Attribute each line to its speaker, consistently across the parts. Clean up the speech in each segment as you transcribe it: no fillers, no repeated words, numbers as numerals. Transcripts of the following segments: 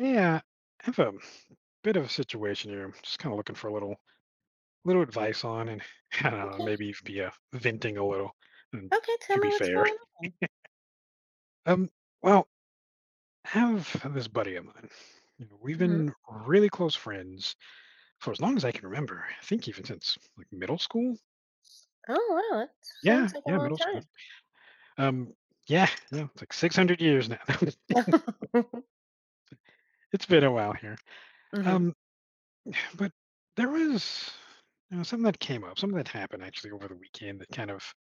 Speaker 1: Yeah, I have a bit of a situation here. I'm just kind of looking for a little advice on, and I don't know,
Speaker 2: Okay.
Speaker 1: maybe even be venting a little. And
Speaker 2: Okay, tell
Speaker 1: to
Speaker 2: me
Speaker 1: be
Speaker 2: what's
Speaker 1: fair,
Speaker 2: going on.
Speaker 1: um, well, I have this buddy of mine. You know, we've
Speaker 2: Mhm.
Speaker 1: been really close friends for as long as I can remember. I think even since like middle school.
Speaker 2: Oh, wow, that
Speaker 1: Yeah,
Speaker 2: sounds like a
Speaker 1: yeah,
Speaker 2: long
Speaker 1: middle school.
Speaker 2: time.
Speaker 1: Um, yeah, yeah, it's like 600 years now. It's been a while here.
Speaker 2: Mhm.
Speaker 1: Um, but there was you know, something that came up, something that happened actually over the weekend that kind of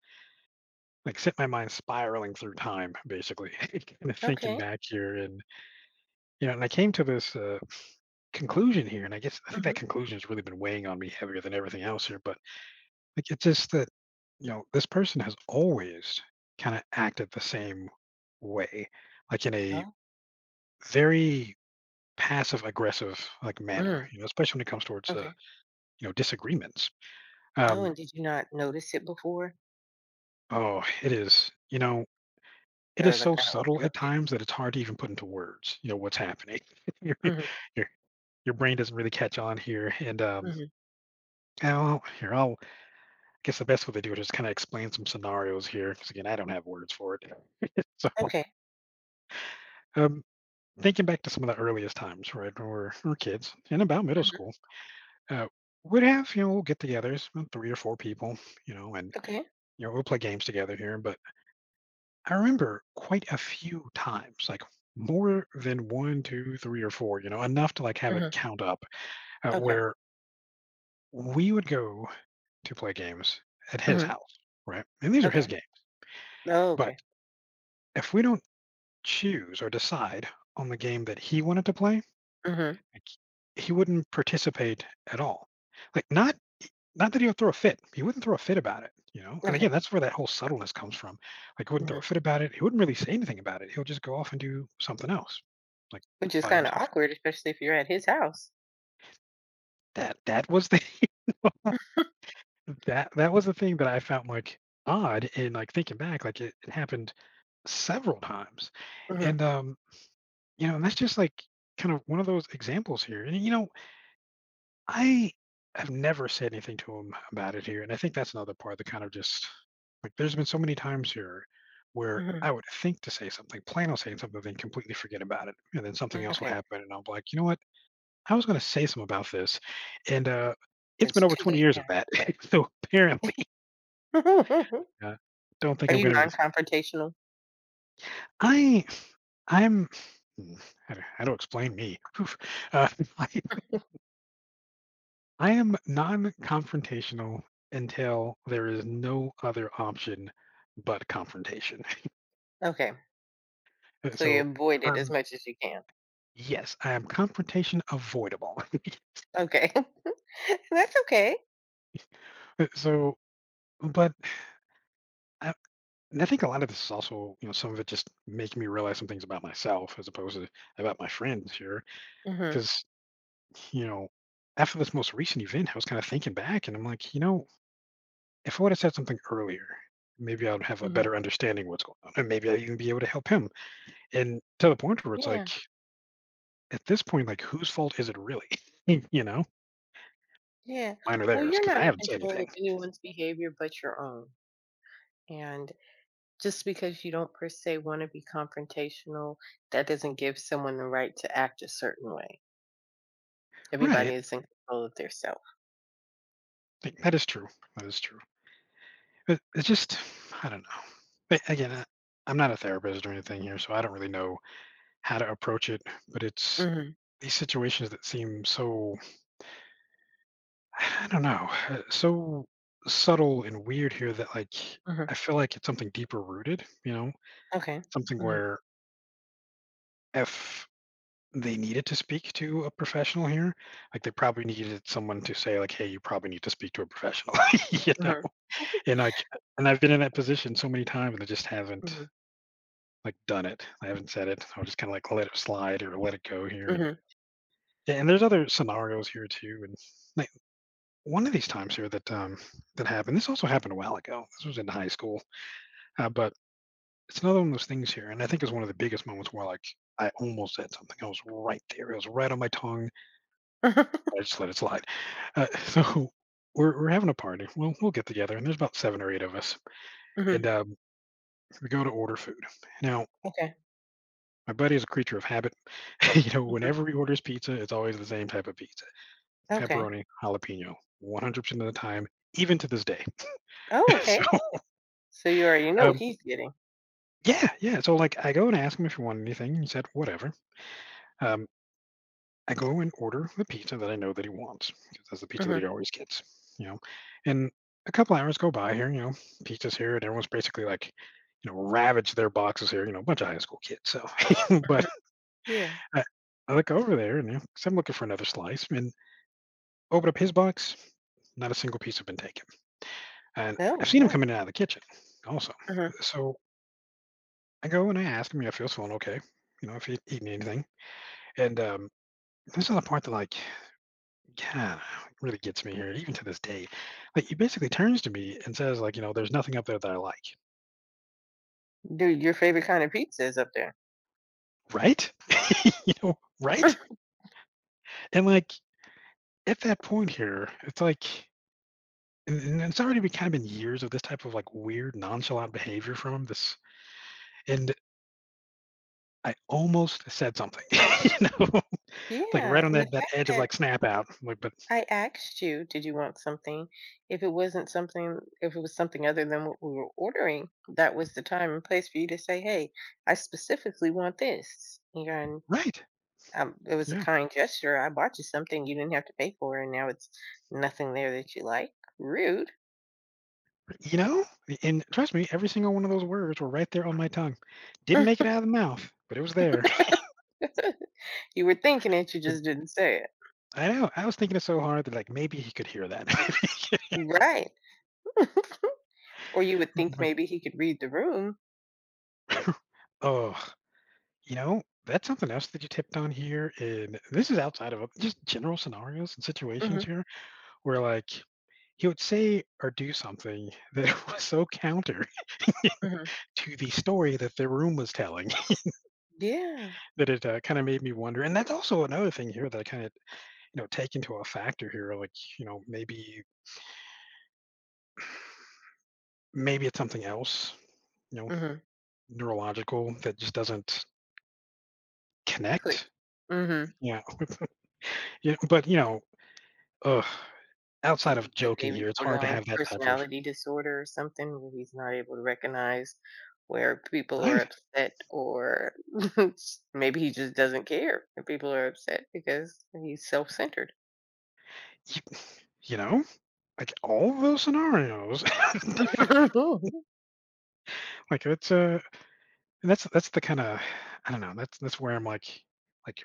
Speaker 1: like set my mind spiraling through time basically kind of thinking
Speaker 2: Okay.
Speaker 1: back here. And you know and I came to this conclusion here and I guess I think that
Speaker 2: Mhm.
Speaker 1: conclusion has really been weighing on me heavier than everything else here. But like it's just that you know this person has always kind of acted the same way, like in a
Speaker 2: Oh.
Speaker 1: very passive aggressive like manner,
Speaker 2: Mm,
Speaker 1: you know, especially when it comes towards
Speaker 2: okay.
Speaker 1: you know disagreements.
Speaker 2: No,
Speaker 1: um
Speaker 2: and did you not notice it before
Speaker 1: oh it is, you know, it
Speaker 2: or,
Speaker 1: is
Speaker 2: like,
Speaker 1: so
Speaker 2: kinda
Speaker 1: subtle at
Speaker 2: overlooked it?
Speaker 1: times that it's hard to even put into words, you know, what's happening. Your
Speaker 2: Mhm,
Speaker 1: your your brain doesn't really catch on here, and,
Speaker 2: mhm.
Speaker 1: I'll here, I'll I guess the best way to do it is kinda explain some scenarios here. Because again, I don't have words for it. So,
Speaker 2: Okay.
Speaker 1: um, thinking back to some of the earliest times, right, when we're kids and about middle
Speaker 2: Mhm.
Speaker 1: school, uh, we'd have, you know, get-togethers, about 3 or 4 people, you know, and,
Speaker 2: Okay.
Speaker 1: you know, we'll play games together here. But I remember quite a few times, like more than one, two, three, or four, you know, enough to like have it
Speaker 2: Mhm.
Speaker 1: count up,
Speaker 2: Okay.
Speaker 1: where we would go to play games at his
Speaker 2: Mhm.
Speaker 1: house, right? And these are his
Speaker 2: Okay.
Speaker 1: games.
Speaker 2: Oh,
Speaker 1: But
Speaker 2: okay.
Speaker 1: if we don't choose or decide on the game that he wanted to play,
Speaker 2: Mhm.
Speaker 1: like, he wouldn't participate at all. Like, not that he would throw a fit. He wouldn't throw a fit about it, you know? And
Speaker 2: Okay.
Speaker 1: again, that's where that whole subtleness comes from. Like, he wouldn't throw a
Speaker 2: Mhm.
Speaker 1: fit about it. He wouldn't really say anything about it. He'll just go off and do something else, like,
Speaker 2: Which is
Speaker 1: by
Speaker 2: kinda
Speaker 1: himself.
Speaker 2: awkward, especially if you're at his house.
Speaker 1: That that was the that was the thing that I found, like, odd. And, like, thinking back, like, it happened several times.
Speaker 2: Mhm.
Speaker 1: And, you know, and that's just, like, kind of one of those examples here. And, you know, I have never said anything to him about it here, and I think that's another part that kind of just like there's been so many times here where
Speaker 2: Mhm.
Speaker 1: I would think to say something, plan on saying something, then completely forget about it, and then something else will
Speaker 2: Okay.
Speaker 1: happen, and I'll be like, you know what, I was going to say something about this. And it's
Speaker 2: It's
Speaker 1: been over
Speaker 2: too
Speaker 1: 20
Speaker 2: late
Speaker 1: years
Speaker 2: now.
Speaker 1: of that, so apparently, uh, don't think
Speaker 2: Are
Speaker 1: I'm
Speaker 2: you
Speaker 1: going to be.
Speaker 2: non-confrontational?
Speaker 1: I I'm. hmm, How do, how to explain me? Oof. Uh, I am non-confrontational until there is no other option but confrontation.
Speaker 2: Okay.
Speaker 1: Uh,
Speaker 2: So you
Speaker 1: So,
Speaker 2: avoid it as
Speaker 1: um,
Speaker 2: much as you can.
Speaker 1: yes, I am confrontation avoidable.
Speaker 2: Okay. That's okay.
Speaker 1: So, but I, and I think a lot of this is also, you know, some of it just making me realize some things about myself as opposed to about my friends here.
Speaker 2: Mhm,
Speaker 1: Because, you know, after this most recent event, I was kind of thinking back and I'm like, you know, if I would have said something earlier, maybe I'd have a
Speaker 2: mhm.
Speaker 1: better understanding of what's going on. And maybe I'd even be able to help him. And to the point where it's
Speaker 2: Yeah,
Speaker 1: like, at this point, like, whose fault is it really? You know?
Speaker 2: yeah.
Speaker 1: Mine or
Speaker 2: Well,
Speaker 1: theirs?
Speaker 2: you're
Speaker 1: Because
Speaker 2: not
Speaker 1: I
Speaker 2: in
Speaker 1: haven't said
Speaker 2: control of
Speaker 1: anything.
Speaker 2: anyone's behavior but your own, and just because you don't per se wanna be confrontational, that doesn't give someone the right to act a certain way. Everybody
Speaker 1: Right.
Speaker 2: is in control of their self.
Speaker 1: Like, that is true. That is true. It's just I don't know. But, again, I'm not a therapist or anything here, so I don't really know how to approach it, but it's
Speaker 2: Mhm,
Speaker 1: these situations that seem so I don't know, so subtle and weird here that, like,
Speaker 2: mhm.
Speaker 1: I feel like it's something deeper rooted, you know?
Speaker 2: Okay.
Speaker 1: Something
Speaker 2: Mhm,
Speaker 1: where if they needed to speak to a professional here. Like they probably needed someone to say like, "Hey, you probably need to speak to a professional," you know.
Speaker 2: mhm,
Speaker 1: And like, and I've been in that position so many times, and I just haven't
Speaker 2: mhm,
Speaker 1: like done it. I haven't said it. I will just kind of like let it slide or let it go here. And
Speaker 2: mhm.
Speaker 1: and there's other scenarios here too. And like one of these times here that that happened. This also happened a while ago. This was in high school, but it's another one of those things here. And I think it's one of the biggest moments where like I almost said something. I was right there. It was right on my tongue.
Speaker 2: Mhm.
Speaker 1: I just let it slide. So we're having a party. We'll get together, and there's about seven or eight of us, and we go to order food. Now,
Speaker 2: Okay.
Speaker 1: my buddy is a creature of habit. You know,
Speaker 2: Mhm.
Speaker 1: whenever he orders pizza, it's always the same type of pizza:
Speaker 2: Okay.
Speaker 1: pepperoni, jalapeno, 100% of the time, even to this day.
Speaker 2: Oh, okay.
Speaker 1: So
Speaker 2: So you already know what
Speaker 1: um,
Speaker 2: he's getting.
Speaker 1: yeah, yeah. So like, I go and ask him if he wanted anything. He said whatever. Um, I go and order the pizza that I know that he wants, 'cause that's the pizza that
Speaker 2: Mhm,
Speaker 1: he always gets, you know? And a couple hours go by here, you know, pizza's here, and everyone's basically, like, you know, ravaged their boxes here, you know, a bunch of high school kids, so but
Speaker 2: mhm. Yeah.
Speaker 1: I I look over there, and, you know, 'cause I'm looking for another slice, and open up his box, not a single piece has been taken, and I've
Speaker 2: Oh,
Speaker 1: seen him
Speaker 2: wow.
Speaker 1: coming in and out of the kitchen also.
Speaker 2: Mhm.
Speaker 1: So I go and I ask him, you know, if he was feeling okay, you know, if he'd eaten anything, and, this is the part that, like, yeah, it really gets me here, even to this day. Like, he basically turns to me and says, like, you know, there's nothing up there that I like.
Speaker 2: Dude, your favorite kind of pizza is up there.
Speaker 1: Right? You know, right? And like at that point here, it's like and it's already been kind of been years of this type of like weird nonchalant behavior from him. This and I almost said something, you know, like
Speaker 2: Yeah,
Speaker 1: right on
Speaker 2: and the
Speaker 1: that
Speaker 2: fact
Speaker 1: edge of
Speaker 2: that
Speaker 1: like snap out. I'm like, but
Speaker 2: I asked you, "Did you want something?" If it was something other than what we were ordering, that was the time and place for you to say, "Hey, I specifically want this." And,
Speaker 1: right.
Speaker 2: it was a
Speaker 1: Yeah.
Speaker 2: kind gesture. I bought you something you didn't have to pay for, and now it's nothing there that you like. Rude.
Speaker 1: You know? And trust me, every single one of those words were right there on my tongue. Didn't make it out of the mouth, but it was there.
Speaker 2: You were thinking it, you just didn't say it.
Speaker 1: I know. I was thinking it so hard that, like, maybe he could hear that.
Speaker 2: Right. Or you would
Speaker 1: But
Speaker 2: think
Speaker 1: but,
Speaker 2: maybe he could read the room.
Speaker 1: oh, you know, that's something else that you tipped on here, and this is outside of a just general scenarios and situations
Speaker 2: Mhm,
Speaker 1: here where, like, he would say or do something that was so counter
Speaker 2: mhm.
Speaker 1: to the story that the room was telling,
Speaker 2: Yeah.
Speaker 1: that it, kinda made me wonder. And that's also another thing here that I kinda, you know, take into a factor here, like, you know, maybe it's something else, you know,
Speaker 2: Mhm.
Speaker 1: neurological that just doesn't
Speaker 2: Click.
Speaker 1: connect.
Speaker 2: Mhm.
Speaker 1: Yeah. Yeah, but, you know, ugh,
Speaker 2: Do you
Speaker 1: outside
Speaker 2: think
Speaker 1: of
Speaker 2: like
Speaker 1: joking
Speaker 2: maybe
Speaker 1: here, it's hard to
Speaker 2: borderline
Speaker 1: have that type of
Speaker 2: personality disorder or something where he's not able to recognize where people are
Speaker 1: right.
Speaker 2: upset or maybe he just doesn't care if people are upset because he's self-centered.
Speaker 1: You you know, like, all of those scenarios. Like, it's, and that's the kinda I don't know, that's where I'm like,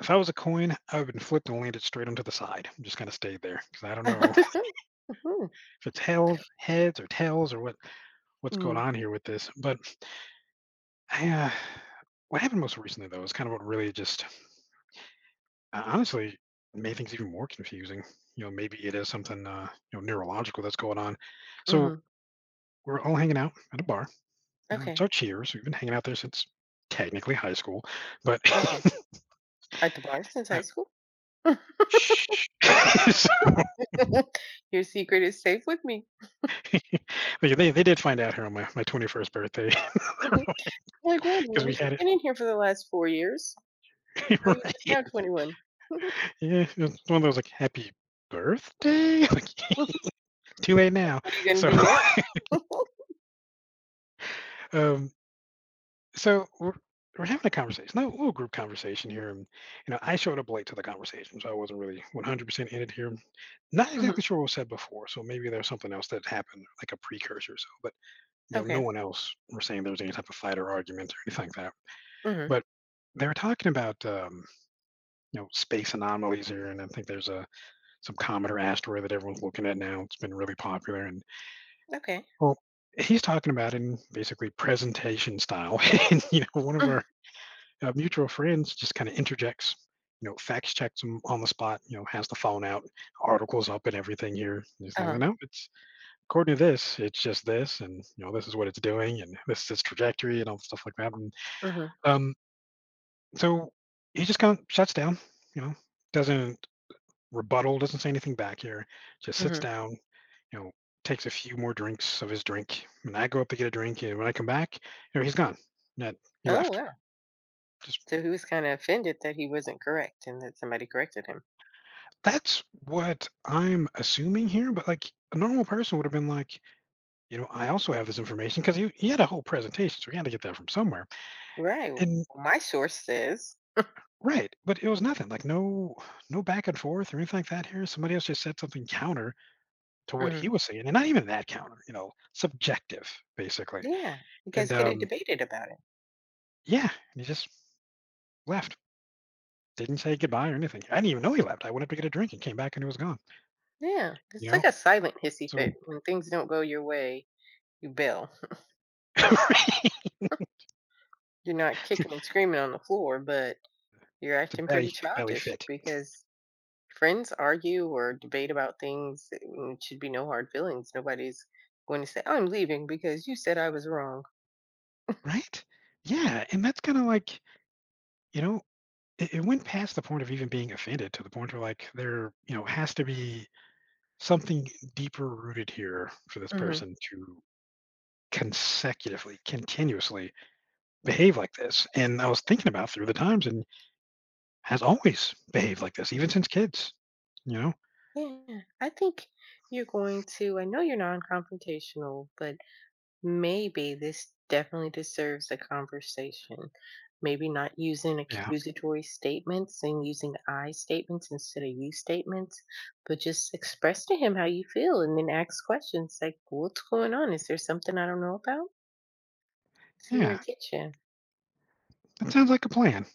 Speaker 1: if I was a coin, I would've been flipped and landed straight onto the side, and just kinda stayed there because I don't know if it's heads or tails or what what's going
Speaker 2: Mhm,
Speaker 1: on here with this. But I, what happened most recently, though, is kind of what really just honestly, made things even more confusing. You know, maybe it is something you know neurological that's going on. So
Speaker 2: mhm.
Speaker 1: we're all hanging out at a bar. You know, it's
Speaker 2: Okay,
Speaker 1: our cheers. We've been hanging out there since technically high school, but
Speaker 2: okay. At the bar since
Speaker 1: uh,
Speaker 2: high school?
Speaker 1: shh. So,
Speaker 2: Your secret is safe with me.
Speaker 1: but yeah, they did find out here on my 21st birthday
Speaker 2: Mhm. Like,
Speaker 1: because
Speaker 2: wait
Speaker 1: we
Speaker 2: a you've
Speaker 1: had
Speaker 2: been in here for the last 4 years.
Speaker 1: it
Speaker 2: How are you just
Speaker 1: right.
Speaker 2: now 21?
Speaker 1: Yeah, it was one of those like happy birthday, like
Speaker 2: Like,
Speaker 1: too late now.
Speaker 2: what are you gonna
Speaker 1: So
Speaker 2: do now?
Speaker 1: um, so we're having a conversation, a little group conversation here, and you know I showed up late to the conversation, so I wasn't really 100% in it here. Not exactly
Speaker 2: Mhm,
Speaker 1: sure what was said before, so maybe there's something else that happened, like a precursor. So, but you know, no
Speaker 2: okay.
Speaker 1: one else were saying there was any type of fight or argument or anything like that.
Speaker 2: Mm-hmm.
Speaker 1: But they were talking about you know space anomalies here, and I think there's a some comet or asteroid that everyone's looking at now. It's been really popular, and
Speaker 2: Okay.
Speaker 1: well, he's talking about it in basically presentation style. And you know, one of
Speaker 2: Mm.
Speaker 1: our mutual friends just kind of interjects, you know, facts checks him on the spot, you know, has the phone out, articles up and everything here. He's saying, well,
Speaker 2: Uh-huh.
Speaker 1: no, it's according to this, it's just this, and, you know, this is what it's doing, and this is its trajectory, and all stuff like that. And
Speaker 2: Mm-hmm.
Speaker 1: um, so he just kind of shuts down, you know, doesn't rebuttal, doesn't say anything back here, just sits
Speaker 2: Mm-hmm.
Speaker 1: down, you know, takes a few more drinks of his drink. And I go up to get a drink, and when I come back, you know, he's gone. That he
Speaker 2: Oh
Speaker 1: left.
Speaker 2: wow.
Speaker 1: Just
Speaker 2: So he was kind of offended that he wasn't correct and that somebody corrected him.
Speaker 1: that's what I'm assuming here, but, like, a normal person would have been like, "You know, I also have this information," because he had a whole presentation, so he had to get that from somewhere,
Speaker 2: Right. Well,
Speaker 1: and
Speaker 2: my source says,
Speaker 1: right, but it was nothing, like, no back and forth or anything like that here, somebody else just said something counter to what
Speaker 2: mm-hmm.
Speaker 1: he was saying, and not even that counter, you know, subjective, basically,
Speaker 2: Yeah, you
Speaker 1: and,
Speaker 2: guys could have debated about it.
Speaker 1: yeah, he just left, didn't say goodbye or anything. I didn't even know he left, I went up to get a drink and came back and he was gone,
Speaker 2: Yeah.
Speaker 1: you
Speaker 2: It's like
Speaker 1: know?
Speaker 2: a silent hissy fit.
Speaker 1: So
Speaker 2: When things don't go your way, you bail. You're not kicking and screaming on the floor, but you're
Speaker 1: it's a
Speaker 2: acting pretty
Speaker 1: belly
Speaker 2: childish
Speaker 1: fit.
Speaker 2: because friends argue or debate about things. And it should be no hard feelings. Nobody's going to say, I'm leaving because you said I was wrong.
Speaker 1: Right? Yeah, and that's kinda like, you know, it went past the point of even being offended to the point where, like, there, you know, has to be something deeper rooted here for this
Speaker 2: Mhm.
Speaker 1: person to consecutively, continuously behave like this, and I was thinking about through the times and has always behaved like this, even since kids, you know?
Speaker 2: Yeah, I think you're going to. I know you're non-confrontational, but maybe this definitely deserves a conversation. Maybe not using
Speaker 1: Yeah.
Speaker 2: accusatory statements and using I statements instead of you statements, but just express to him how you feel and then ask questions like, what's going on? Is there something I don't know about? See where
Speaker 1: Yeah.
Speaker 2: it gets you.
Speaker 1: That sounds like a plan.